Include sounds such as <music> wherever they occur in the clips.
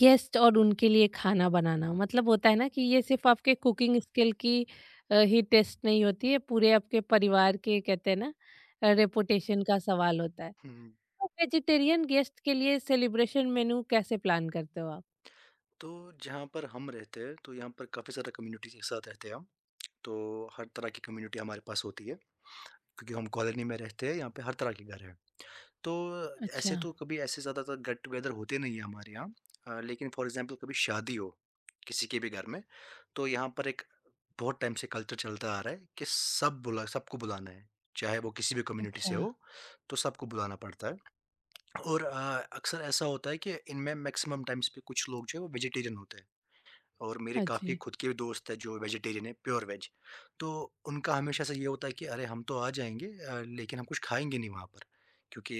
Guest और उनके लिए खाना बनाना मतलब होता है ना कि ये सिर्फ आपके कुकिंग स्किल की ही टेस्ट नहीं होती है पूरे आपके परिवार के कहते हैं ना रेपुटेशन का सवाल होता है। हुँ, तो वेजिटेरियन गेस्ट के लिए सेलिब्रेशन मेनू कैसे प्लान करते हो आप? तो जहाँ पर हम रहते हैं, तो यहाँ पर काफ़ी ज़्यादा कम्युनिटीज़ एक साथ रहते हैं हम। तो हर तरह की कम्युनिटी हमारे पास होती है, क्योंकि हम कॉलोनी में रहते हैं, यहाँ पे हर तरह के घर हैं। तो अच्छा। ऐसे तो कभी ऐसे ज़्यादातर गेट टुगेदर होते नहीं हैं हमारे यहाँ। लेकिन फॉर एग्ज़ाम्पल कभी शादी हो, किसी के भी घर में, तो यहाँ पर एक बहुत टाइम से कल्चर चलता आ रहा है कि सब बुला सबको बुलाना है, चाहे वो किसी भी कम्युनिटी से अच्छा। हो, तो सबको बुलाना पड़ता है। और अक्सर ऐसा होता है कि इनमें मैक्सिमम टाइम्स पे कुछ लोग जो हैं, वो वेजिटेरियन होते हैं। और मेरे हाँ काफ़ी जी। खुद के भी दोस्त हैं जो वेजिटेरियन हैं, प्योर वेज। तो उनका हमेशा से ये होता है कि अरे हम तो आ जाएँगे लेकिन हम कुछ खाएँगे नहीं वहाँ पर। क्योंकि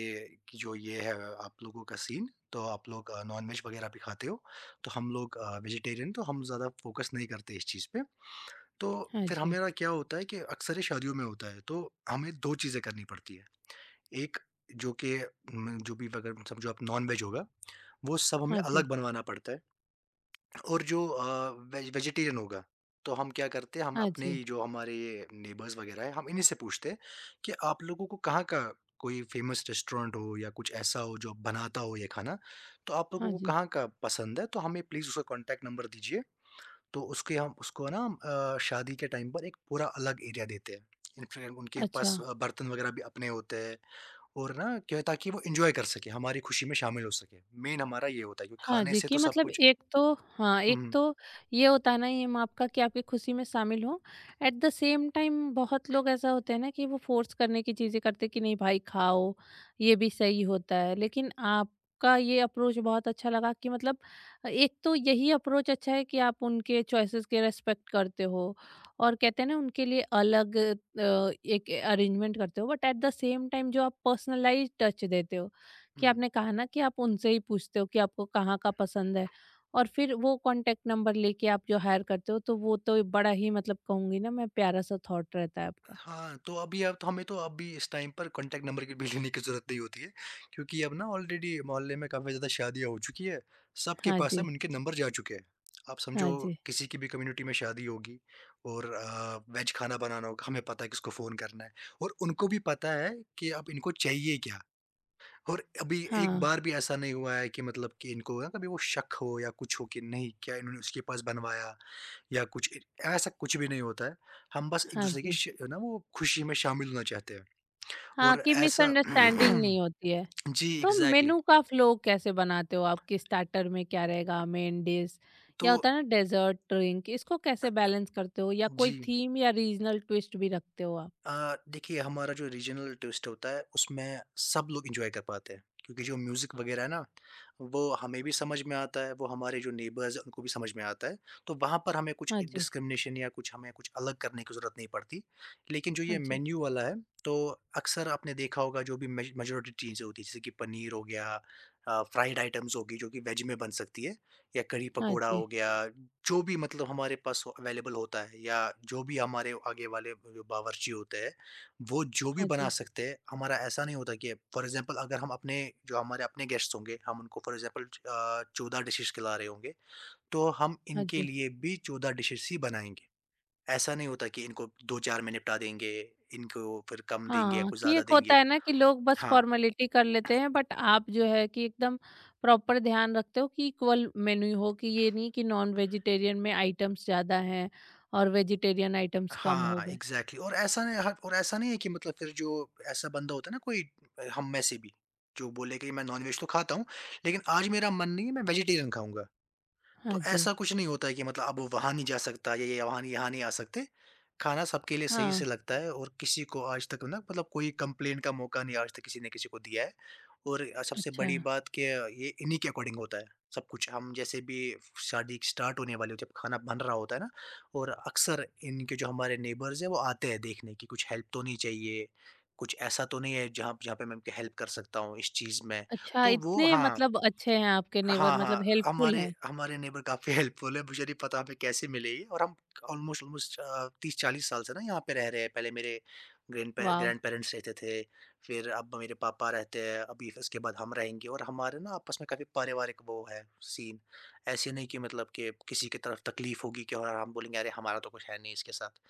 कि जो ये है आप लोगों का सीन, तो आप लोग नॉन-वेज वग़ैरह भी खाते हो, तो हम लोग वेजिटेरियन, तो हम ज़्यादा फ़ोकस नहीं करते इस चीज़ पे। तो हाँ फिर जी। हमारा क्या होता है कि अक्सर ये शादियों में होता है, तो हमें 2 चीज़ें करनी पड़ती हैं। एक जो कि जो भी अगर समझो आप नॉन-वेज होगा, वो सब हमें हाँ जी। अलग बनवाना पड़ता है। और जो वेजिटेरियन होगा, तो हम क्या करते हैं, हम हाँ अपने जी। ही जो हमारे नेबर्स वगैरह हैं, हम इन्हीं से पूछते हैं कि आप लोगों को कहाँ का कोई फ़ेमस रेस्टोरेंट हो या कुछ ऐसा हो जो बनाता हो ये खाना, तो आप लोगों हाँ को जी। कहाँ का पसंद है, तो हमें प्लीज़ उसका कॉन्टैक्ट नंबर दीजिए। तो उसके हम उसको ना हम शादी के टाइम पर एक पूरा अलग एरिया देते हैं। इनफैक्ट उनके अच्छा। पास बर्तन वगैरह भी अपने होते हैं और ना क्या है, ताकि वो एन्जॉय कर सकें, हमारी खुशी में शामिल हो सकें। मेन हमारा ये होता है कि हाँ खाने जी, से कि तो सब मतलब कुछ। एक तो हाँ, एक हुँ, तो ये होता है ना ये माँ बाप का कि आपकी खुशी में शामिल हो। एट द सेम टाइम बहुत लोग ऐसा होते हैं ना कि वो फ़ोर्स करने की चीज़ें करते हैं कि नहीं भाई खाओ, ये भी सही होता है। लेकिन आपका ये अप्रोच बहुत अच्छा लगा कि मतलब एक तो यही अप्रोच अच्छा है कि आप उनके चॉइसेस के रिस्पेक्ट करते हो और कहते हैं ना उनके लिए अलग एक अरेंजमेंट करते हो। But at the same time जो आप पर्सनलाइज़्ड टच देते हो कि हुँ। आपने कहा ना कि आप उनसे ही पूछते हो कि आपको कहाँ का पसंद है और फिर वो कांटेक्ट नंबर लेके आप जो हायर करते हो तो वो तो बड़ा ही मतलब कहूँगी ना मैं प्यारा सा थॉट रहता है आपका। हाँ, तो अभी अब तो हमें तो अभी इस टाइम पर कॉन्टैक्ट नंबर की भी लेने की ज़रूरत नहीं होती है, क्योंकि अब ना ऑलरेडी मोहल्ले में काफ़ी ज़्यादा शादियाँ हो चुकी है, सबके हाँ पास जी, अब उनके नंबर जा चुके हैं। आप हाँ समझो जी, किसी की भी कम्युनिटी में शादी होगी और वेज खाना बनाना होगा, हमें पता है किसको फ़ोन करना है और उनको भी पता है कि अब इनको चाहिए क्या? और अभी एक हाँ, बार भी ऐसा नहीं हुआ है कि मतलब कि इनको ना कभी वो शक हो या कुछ हो कि नहीं क्या इन्होंने उसके पास बनवाया या कुछ, ऐसा कुछ भी नहीं होता है। हम बस एक हाँ दूसरे की जी। ना वो खुशी में शामिल होना चाहते हैं हाँ, और कि ऐसा मिसअंडरस्टैंडिंग नहीं होती है। <clears throat> जी, तो एग्जैक्टली exactly। मेनू का फ्लो कैसे बनाते हो आप कि स्टार्टर में क्या रहेगा, मेन डिश तो या होता है ना डेज़र्ट, ड्रिंक इसको अ, कैसे बैलेंस करते हो या कोई जी, थीम या रीज़नल ट्विस्ट भी रखते हो आप? देखिए हमारा जो रीजनल ट्विस्ट होता है उसमें सब लोग एंजॉय कर पाते हैं, क्योंकि जो म्यूज़िक वगैरह है ना, वो हमें भी समझ में आता है, वो हमारे जो नेबर्स हैं उनको भी समझ में आता है। तो वहाँ पर हमें कुछ हाँ जी, डिस्क्रिमिनेशन या कुछ हमें कुछ अलग करने की ज़रूरत नहीं पड़ती। लेकिन जो हाँ ये जी, मेन्यू वाला है, तो अक्सर आपने देखा होगा, जो भी मेजोरिटी चीज़ें होती है जैसे कि पनीर हो गया, फ्राइड आइटम्स होगी जो कि वेज में बन सकती है या कढ़ी हाँ पकोड़ा जी, हो गया, जो भी मतलब हमारे पास अवेलेबल होता है या जो भी हमारे आगे वाले जो बावर्ची होते हैं, वो जो भी हाँ बना जी, सकते हैं। हमारा ऐसा नहीं होता कि फॉर एग्ज़ाम्पल अगर हम अपने जो हमारे अपने गेस्ट्स होंगे, हम उनको फॉर एग्ज़ाम्पल 14 डिशेज़ खिला रहे होंगे, तो हम हाँ इनके जी। लिए भी 14 डिशेज़ ही बनाएँगे। ऐसा नहीं होता कि इनको 2-4 में निपटा देंगे, इनको फिर कम देंगे या हाँ, कुछ कि ज़्यादा एक होता देंगे। है ना कि लोग बस हाँ। फॉर्मेलिटी कर लेते हैं बट आप जो है कि एकदम प्रॉपर ध्यान रखते हो कि इक्वल मेन्यू हो कि ये नहीं कि नॉन वेजिटेरियन में आइटम्स ज़्यादा हैं और वेजिटेरियन आइटम्स कम हो हाँ, गए। एग्ज़ैक्टली। और ऐसा नहीं है कि मतलब फिर जो ऐसा बंदा होता है ना कोई हम में से भी, जो बोले कि मैं नॉन-वेज तो खाता हूँ, लेकिन आज मेरा मन नहीं है, मैं वेजिटेरियन खाऊँगा। हाँ तो जी। ऐसा कुछ नहीं होता है कि मतलब अब वो वहाँ नहीं जा सकता या ये वहाँ नहीं, यहाँ नहीं आ सकते। खाना सबके लिए सही हाँ, से लगता है और किसी को आज तक ना मतलब कोई कंप्लेंट का मौका नहीं, आज तक किसी ने किसी को दिया है। और सबसे अच्छा। बड़ी बात कि ये इन्हीं के अकॉर्डिंग होता है सब कुछ। हम जैसे भी शादी स्टार्ट होने वाली हो, जब खाना बन रहा होता है ना, और अक्सर इनके जो हमारे नेबर्स हैं वो आते हैं देखने कि कुछ हेल्प तो नहीं चाहिए, कुछ ऐसा तो नहीं है जहाँ जहाँ पे मैं उनकी हेल्प कर सकता हूँ इस चीज़ में। अच्छा तो वो इतने हाँ, मतलब अच्छे हैं आपके नेबर हाँ, मतलब हाँ, हेल्पफुल हमारे हैं। हमारे नेबर काफ़ी हेल्पफुल है, मुझे नहीं पता हमें कैसे मिले ये और हम ऑलमोस्ट ऑलमोस्ट 30-40 साल से ना यहाँ पे रह रहे हैं, पहले मेरे वाह! ग्रैंड पेरेंट्स रहते थे, फिर अब मेरे पापा रहते हैं, अभी उसके बाद हम रहेंगे और हमारे ना आपस में काफ़ी पारिवारिक वो है सीन, ऐसे नहीं कि मतलब कि किसी की तरफ तकलीफ़ होगी कि और हम बोलेंगे अरे हमारा तो कुछ है नहीं इसके साथ,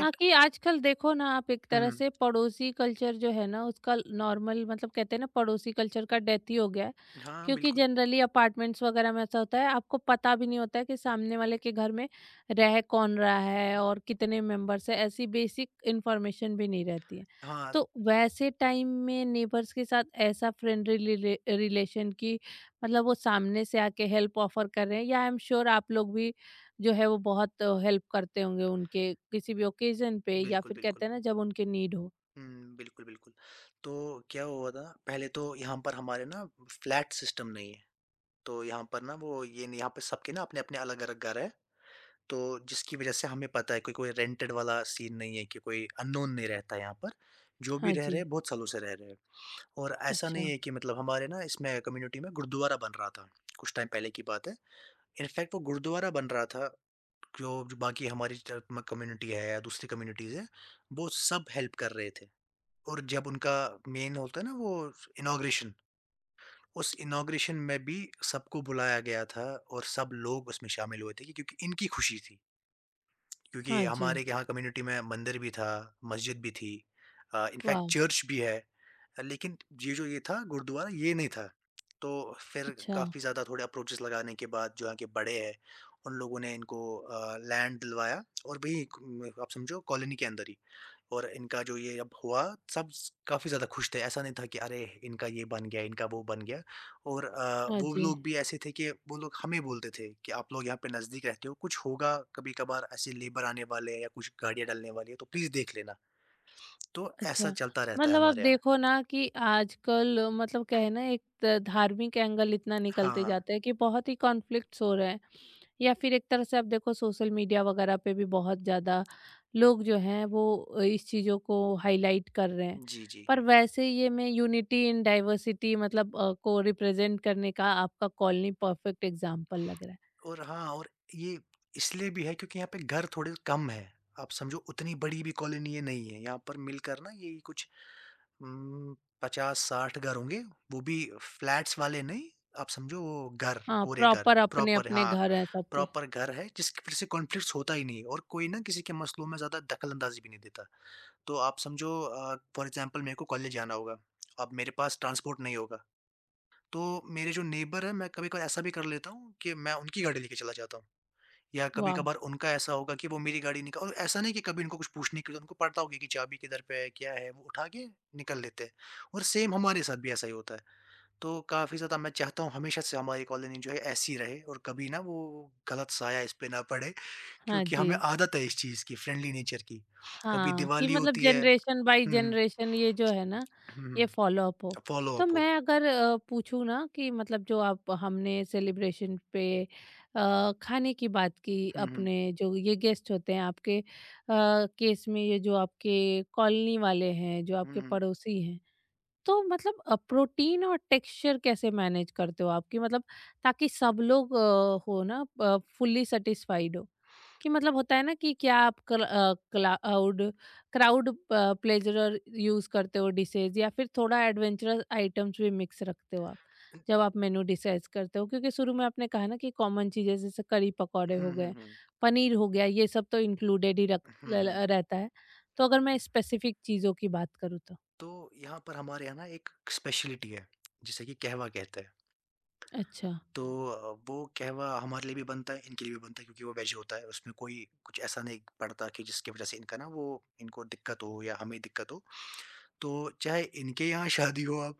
हाँ, कि आजकल देखो ना आप एक तरह हुँ, से पड़ोसी कल्चर जो है ना उसका नॉर्मल मतलब कहते हैं ना पड़ोसी कल्चर का डेथ ही हो गया है हाँ, क्योंकि बिल्कुल। जनरली अपार्टमेंट्स वगैरह में ऐसा होता है आपको पता भी नहीं होता है कि सामने वाले के घर में रह कौन रहा है और कितने मेंबर्स है ऐसी बेसिक इन्फॉर्मेशन भी नहीं रहती है हाँ, तो वैसे टाइम में नेबर्स के साथ ऐसा फ्रेंडली रिलेशन की मतलब वो सामने से आके हेल्प ऑफर कर रहे हैं या आई एम श्योर आप लोग भी जो है वो बहुत हेल्प करते होंगे उनके किसी भी ओकेजन पे या बिल्कुल, फिर कहते बिल्कुल। हैं ना जब उनके नीड हो। हुँ, बिल्कुल, बिल्कुल। तो क्या हुआ था, पहले तो यहाँ पर हमारे ना फ्लैट सिस्टम नहीं है, तो यहाँ पर ना वो ये नहीं, यहाँ पे सबके ना अपने-अपने अलग-अलग घर हैं, तो जिसकी वज़ह से हमें पता है कि कोई रेंटेड वाला सीन नहीं है कि कोई अननोन नहीं रहता यहाँ पर। जो भी हाँ रह रहे जी, हैं, बहुत सालों से रह रहे हैं। और ऐसा अच्छा, नहीं है कि मतलब हमारे ना इसमें कम्युनिटी में गुरुद्वारा बन रहा था, कुछ टाइम पहले की बात है। इनफैक्ट वो गुरुद्वारा बन रहा था, जो जो बाकी हमारी च म कम्युनिटी है या दूसरी कम्युनिटीज़ हैं, वो सब हेल्प कर रहे थे। और जब उनका मेन होता है ना वो इनॉग्रेशन, उस इनॉग्रेशन में भी सबको बुलाया गया था और सब लोग उसमें शामिल हुए थे कि क्योंकि इनकी खुशी थी। क्योंकि हाँ जी, हमारे यहाँ कम्युनिटी में मंदिर भी था, मस्जिद भी थी, इनफैक्ट वाह! चर्च भी है। लेकिन ये जो ये था गुरुद्वारा ये नहीं था। तो फिर अच्छा, काफ़ी ज़्यादा थोड़े अप्रोचेज़ लगाने के बाद जो यहाँ के बड़े हैं, उन लोगों ने इनको लैंड दिलवाया और वही क आप समझो कॉलोनी के अंदर ही। और इनका जो ये अब हुआ, सब स काफ़ी ज़्यादा खुश थे, ऐसा नहीं था कि अरे! इनका ये बन गया, इनका वो बन गया। और हाँ वो जी, लोग भी ऐसे थे कि वो लोग हमें बोलते थे कि आप लोग यहाँ पे नज़दीक रहते हो, कुछ होगा कभी-कभार ऐसे लेबर आने वाले हैं या कुछ गाड़ियाँ डलने वाली है, तो प्लीज़ देख लेना। तो ऐसा अच्छा। चलता रहता है मतलब आप हमारे यहाँ। देखो ना कि आजकल मतलब क्या है ना एक त धार्मिक एंगल इतना निकलते हाँ, जाता है कि बहुत ही कॉन्फ्लिक्ट्स हो रहे हैं। या फिर एक तरह से आप देखो सोशल मीडिया वगैरह पे भी बहुत ज़्यादा लोग जो हैं वो इस चीज़ों को हाईलाइट कर रहे हैं जी, जी। पर वैसे ये मैं यूनिटी इन डाइवर्सिटी मतलब को रिप्रेजेंट करने का आपका कॉलोनी परफेक्ट एग्जाम्पल लग रहा है। और हाँ और ये इसलिए भी है क्योंकि यहाँ पे घर थोड़े कम है। आप समझो उतनी बड़ी भी कॉलोनी ये नहीं है। यहाँ पर मिलकर ना यही कुछ उम, 50-60 घर होंगे, वो भी फ्लैट्स वाले नहीं, आप समझो वो घर, हाँ पूरे घर, प्रॉपर अपने प्रॉपर। अपने हाँ, घर हैं सबके। प्रॉपर घर है, जिसकी फिर से कॉन्फ्लिक्ट्स होता ही नहीं है और कोई ना किसी के मसलों में ज़्यादा दखल-अंदाज़ी भी नहीं देता। तो आप समझो फॉर एग्ज़ाम्पल मेरे को कॉलेज जाना होगा, अब मेरे पास ट्रांसपोर्ट नहीं होगा, तो मेरे जो नेबर हैं, मैं कभी-कभार ऐसा भी कर लेता हूँ कि मैं उनकी गाड़ी लेके चला जाता हूँ। या वाह। कभी-कभार उनका ऐसा होगा कि वो मेरी गाड़ी निका और ऐसा नहीं कि कभी उनको कुछ पूछने की, उनको पता होगा कि चाबी किधर पे है, क्या है, वो उठा के निकल लेते हैं और सेम हमारे साथ भी ऐसा ही होता है। तो काफ़ी ज़्यादा मैं चाहता हूँ हमेशा से हमारी कॉलोनी जो है ऐसी रहे और कभी ना वो गलत साया इस पे ना पड़े, हाँ क्योंकि जी। हमें आदत है इस चीज़ की, फ्रेंडली नेचर की। कभी हाँ, कि दिवाली मतलब होती है। जनरेशन बाय हुँ, हुँ। जनरेशन ये जो है ना, हुँ, ये हुँ। फॉलो अप हो। तो फ़ॉलो-अप हो। मैं अगर पूछूँ ना कि मतलब जो आप हमने सेलिब्रेशन पे खाने की बात की, हुँ, हुँ। अपने जो ये गेस्ट होते हैं आपके केस में ये जो आपके कॉलोनी वाले हैं, जो हुँ, आपके हुँ। पड़ोसी हैं, तो मतलब प्रोटीन और टेक्सचर कैसे मैनेज करते हो आपकी मतलब ताकि सब लोग हो ना फुल्ली सेटिस्फाइड हो कि मतलब होता है ना कि क्या आप क्लाउड क्राउड प्लेजरर यूज करते हो डिशेज या फिर थोड़ा एडवेंचरस आइटम्स भी मिक्स रखते हो आप जब आप मेनू डिसाइड करते हो क्योंकि शुरू में आपने कहा ना कि कॉमन चीजें जैसे करी पकौड़े हो हुँ, हुँ, गए हुँ। पनीर हो गया ये सब तो इंक्लूडेड ही रख हुँ, हुँ। रहता है तो अगर मैं स्पेसिफिक चीजों की बात करूँ तो। तो यहाँ पर हमारे यहाँ ना एक स्पेशलिटी है, जिसे कि कहवा कहते हैं। अच्छा। तो वो कहवा हमारे लिए भी बनता है, इनके लिए भी बनता है क्योंकि वो वेज होता है। उसमें कोई कुछ ऐसा नहीं पड़ता कि जिसकी वज़ह से इनका ना वो, इनको दिक्कत हो या हमें दिक्कत हो। तो चाहे इनके यहाँ शादी हो अब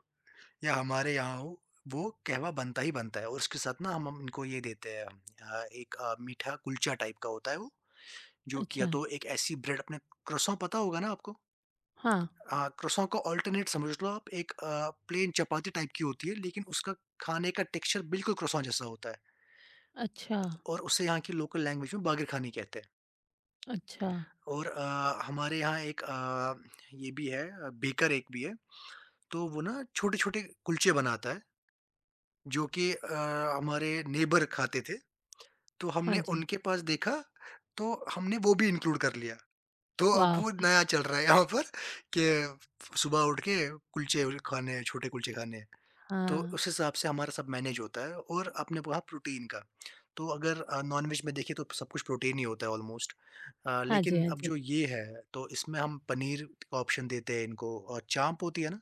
या हमारे यहाँ हो, वो कहवा बनता ही बनता है और उसके साथ ना हम इनको ये देते हैं, एक मीठा कुलचा टाइप का होता है वो, जो कि या अच्छा। तो एक ऐसी ब्रेड अपने क्रोसॉन, पता होगा ना आपको? हाँ, हाँ, क्रोसॉन का अल्टरनेट समझ लो। आप एक प्लेन चपाती टाइप की होती है लेकिन उसका खाने का टेक्सचर बिल्कुल क्रोसॉन जैसा होता है। अच्छा, और उसे यहाँ की लोकल लैंग्वेज में बाग़िर खानी कहते हैं। अच्छा। और हमारे यहाँ एक ये भी है। बेकर एक भी है, तो वो ना छोटे-छोटे कुलचे बनाता है, जो कि हमारे नेबर खाते थे, तो हाँ हमने जी, उनके पास देखा, तो हमने वो भी इंक्लूड कर लिया। तो अब वाह! वो नया चल रहा है यहाँ पर कि सुबह उठ के कुलचे उल खाने हैं, छोटे कुलचे खाने हैं। तो हाँ, उस हिसाब से हमारा सब मैनेज होता है। और आपने कहा प्रोटीन का, तो अगर नॉनवेज में देखें तो सब कुछ प्रोटीन ही होता है ऑलमोस्ट। हाँ जी, लेकिन हाँ अब जी, जो ये है, तो इसमें हम पनीर का ऑप्शन देते हैं इनको। और चांप होती है ना,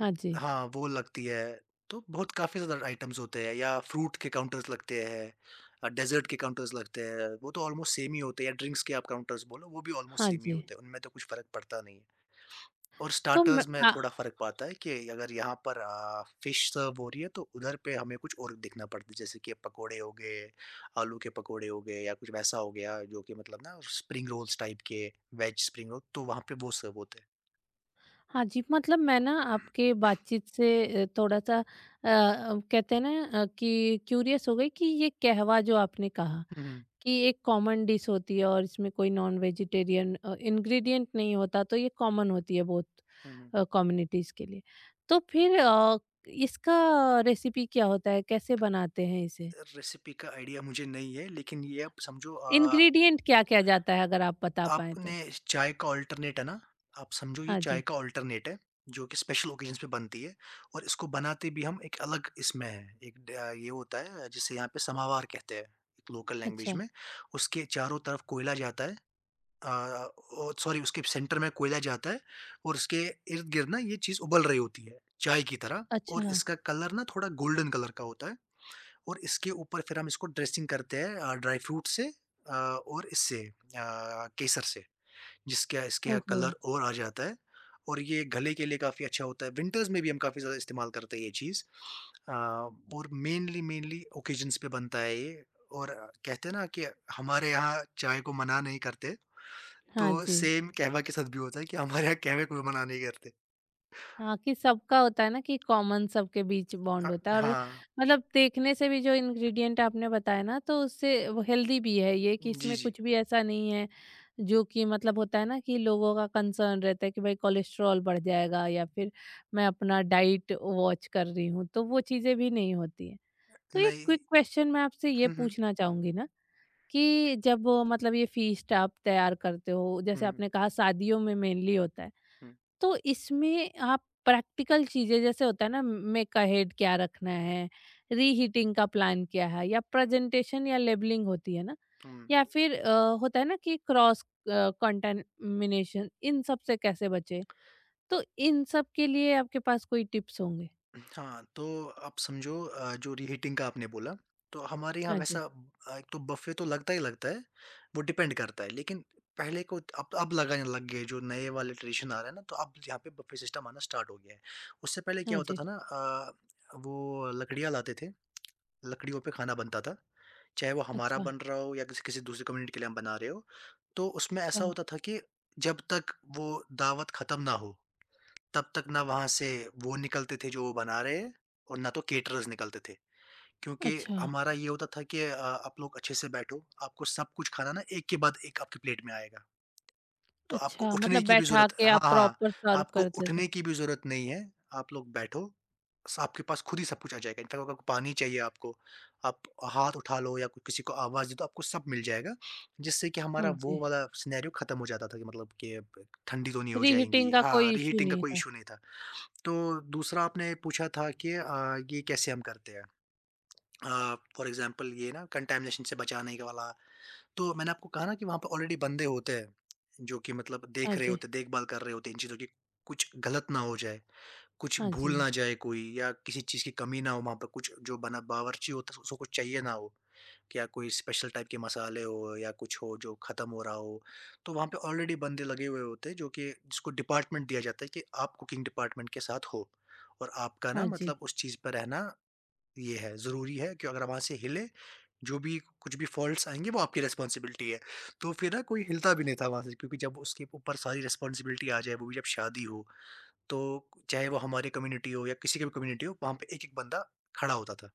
हाँ जी, हाँ वो लगती है। तो बहुत काफ़ी ज़्यादा आइटम्स होते हैं, या फ्रूट के काउंटर्स लगते हैं, डेजर्ट के काउंटर्स लगते हैं, वो तो ऑलमोस्ट सेम ही होते हैं। या ड्रिंक्स के आप काउंटर्स बोलो, वो भी ऑलमोस्ट हाँ सेम ही जी। होते हैं, उनमें तो कुछ फ़र्क पड़ता नहीं है। और तो मैं स्टार्टर्स में थोड़ा फ़र्क पाता है कि अगर यहाँ पर फ़िश सर्व हो रही है तो उधर पे हमें कुछ और देखना पड़ता है, जैसे कि पकोड़े हो गए, आलू के पकोड़े हो गए या कुछ वैसा हो गया, जो कि मतलब ना स्प्रिंग रोल्स टाइप के, वेज स्प्रिंग रोल तो वहाँ पे वो सर्व होते हैं। हाँ जी, मतलब मैं ना आपके बातचीत से थोड़ा-सा कहते हैं ना कि क्यूरियस हो गई कि ये कहवा जो आपने कहा हुँ, हुँ, कि एक कॉमन डिश होती है और इसमें कोई नॉन वेजिटेरियन इंग्रीडिएंट नहीं होता, तो ये कॉमन होती है बहुत हुँ, हुँ। कम्युनिटीज़ के लिए। तो फिर इसका रेसिपी क्या होता है? कैसे बनाते हैं इसे? रेसिपी का आइडिया मुझे नहीं है, लेकिन ये आप समझो। इंग्रीडिएंट क्या-क्या जाता है अगर आप बता पाएँ तो? आपने चाय का अल्टरनेट है ना, आप समझो ये हाँ चाय जी। का अल्टरनेट है, जो कि स्पेशल ओकेजन्स पे बनती है। और इसको बनाते भी हम एक अलग इसमें हैं, एक ये होता है जिसे यहाँ पे समावार कहते हैं, एक लोकल लैंग्वेज अच्छा, में। उसके चारों तरफ कोयला जाता है, अ, ओ सॉरी, उसके सेंटर में कोयला जाता है और उसके इर्द-गिर्द ना ये चीज़ उबल रही होती है, चाय की तरह। और अच्छा। इसका कलर ना थोड़ा गोल्डन कलर का होता है। और इसके ऊपर फिर हम इसको ड्रेसिंग करते हैं, ड्राई फ्रूट से, अ, और इससे केसर से। जिसका इसका ओहो! कलर और आ जाता है। और ये गले के लिए काफ़ी अच्छा होता है। विंटर्स में भी हम काफ़ी ज़्यादा इस्तेमाल करते हैं ये चीज़। अ, और मेनली मेनली ओकेजन्स पे बनता है ये। और कहते हैं ना कि हमारे यहाँ चाय को मना नहीं करते, हाँ तो जी। सेम कहवा के साथ भी होता है कि हमारे यहाँ कहवे को भी मना नहीं करते। हाँ, कि सबका होता है ना कि कॉमन सबके बीच अ, बॉन्ड होता है और हाँ। मतलब देखने से भी जो इंग्रीडिएंट आपने बताया ना तो उससे वो हेल्दी भी है ये कि जी, इसमें जी। कुछ भी ऐसा नहीं है जो कि मतलब होता है ना कि लोगों का कंसर्न रहता है कि भाई कोलेस्ट्रॉल बढ़ जाएगा या फिर मैं अपना डाइट वॉच कर रही हूँ, तो वो चीज़ें भी नहीं होती हैं। तो एक नहीं। क्विक क्वेश्चन मैं आपसे ये हुँ, हुँ। पूछना चाहूँगी ना कि जब वो, मतलब ये फीस्ट आप तैयार करते हो जैसे हुँ, आपने कहा शादियों में मेनली होता है हुँ, तो इसमें आप प्रैक्टिकल चीजें जैसे होता है ना मेक अहेड क्या रखना है रीहीटिंग का प्लान क्या है या प्रेजेंटेशन या लेबलिंग होती है ना हुँ। या फिर होता है ना कि क्रॉस कंटामिनेशन इन सब से कैसे बचे तो इन सब के लिए आपके पास कोई टिप्स होंगे। हाँ, तो आप समझो, जो रीहीटिंग का आपने बोला, तो हमारे यहाँ हाँ जी। वैसा एक तो बफ़े तो लगता ही लगता है, वो डिपेंड करता है। लेकिन पहले को अब लगाने लग गए, जो नए वाले ट्रेडिशन आ रहा है ना, तो अब यहाँ पे बफ़े सिस्टम आना स्टार्ट हो गया है। उससे पहले हाँ क्या होता जी। था ना, वो लकड़ियाँ लाते थे, लकड़ियों पे खाना बनता था, चाहे वो हमारा अच्छा। बन रहा हो या किसी किसी दूसरी कम्युनिटी के लिए हम बना रहे हो। तो उसमें अच्छा। ऐसा होता था कि जब तक वो दावत खत्म ना हो, तब तक ना वहाँ से वो निकलते थे जो वो बना रहे हैं, और ना तो केटरर्स निकलते थे। क्योंकि अच्छा। हमारा ये होता था कि आप लोग अच्छे से बैठो, आपको सब कुछ खाना ना एक के बाद एक आपकी प्लेट में आएगा। तो आपको अच्छा उठने मतलब की भी बैठा ज़रूरत, के हाँ, आप हाँ, हाँ, प्रॉपर सर्व आपको करते थे। उठने की भी ज़रूरत नहीं है, आप लोग बैठो, स आपके पास खुद ही सब कुछ आ जाएगा। इनफैक्ट अगर पानी चाहिए आपको, आप हाथ उठा लो या क किसी को आवाज़ दे दो, आपको सब मिल जाएगा। जिससे कि हाँ हमारा वो जी। वाला सिनेरियो खत्म हो जाता था कि मतलब कि अब ठंडी तो नहीं हो रीहीटिंग जाएँगी। का कोई हाँ, इश्यू रीहीटिंग का नहीं कोई था। इश्यू नहीं था। तो दूसरा आपने पूछा था कि ये कैसे हम करते हैं? फॉर एग्ज़ाम्पल, ये ना कंटामिनेशन से बचाने के वाला, तो मैंने आपको कहा ना कि वहाँ पे ऑलरेडी बंदे होते हैं, जो कि मतलब हाँ देख रहे जी, होते हैं, देखभाल कर रहे होते हैं इन चीज़ों की, कुछ गलत ना हो जाए, कुछ हाँ भूल जी, ना जाए कोई, या किसी चीज़ की कमी ना हो वहाँ पे, कुछ जो बना बावर्ची होता है उसको कुछ चाहिए ना हो, या कोई स्पेशल टाइप के मसाले हो या कुछ हो जो ख़त्म हो रहा हो। तो वहाँ पे ऑलरेडी बंदे लगे हुए होते हैं, जो कि जिसको डिपार्टमेंट दिया जाता है कि आप कुकिंग डिपार्टमेंट के साथ हो, और आपका ना हाँ जी। मतलब उस चीज़ पे रहना ये है, ज़रूरी है कि अगर हम वहाँ से हिले, जो भी कुछ भी फ़ॉल्ट्स आएँगे वो आपकी रिस्पॉन्सिबिलिटी है। तो फिर ना कोई हिलता भी नहीं था वहाँ से, क्योंकि जब उसके ऊपर सारी रिस्पॉन्सिबिलिटी आ जाए, वो भी जब शादी हो, तो चाहे वो हमारी कम्युनिटी हो या किसी की भी कम्युनिटी हो, वहाँ पे एक-एक बंदा खड़ा होता था।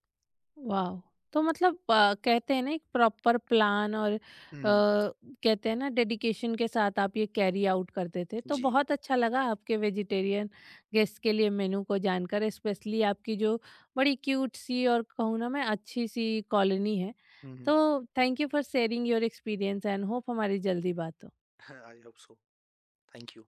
वॉव! तो मतलब कहते हैं ना एक प्रॉपर प्लान और हुँ, हुँ। कहते हैं ना डेडिकेशन के साथ आप ये कैरी आउट करते थे। तो जी। बहुत अच्छा लगा आपके वेजिटेरियन गेस्ट के लिए मेनू को जानकर स्पेशली आपकी जो बड़ी क्यूट सी और कहूँ ना मैं अच्छी सी कॉलोनी है। हुँ, हुँ। तो thank you for sharing your experience and hope हमारी जल्दी बात हो। हाँ, I hope so. Thank you.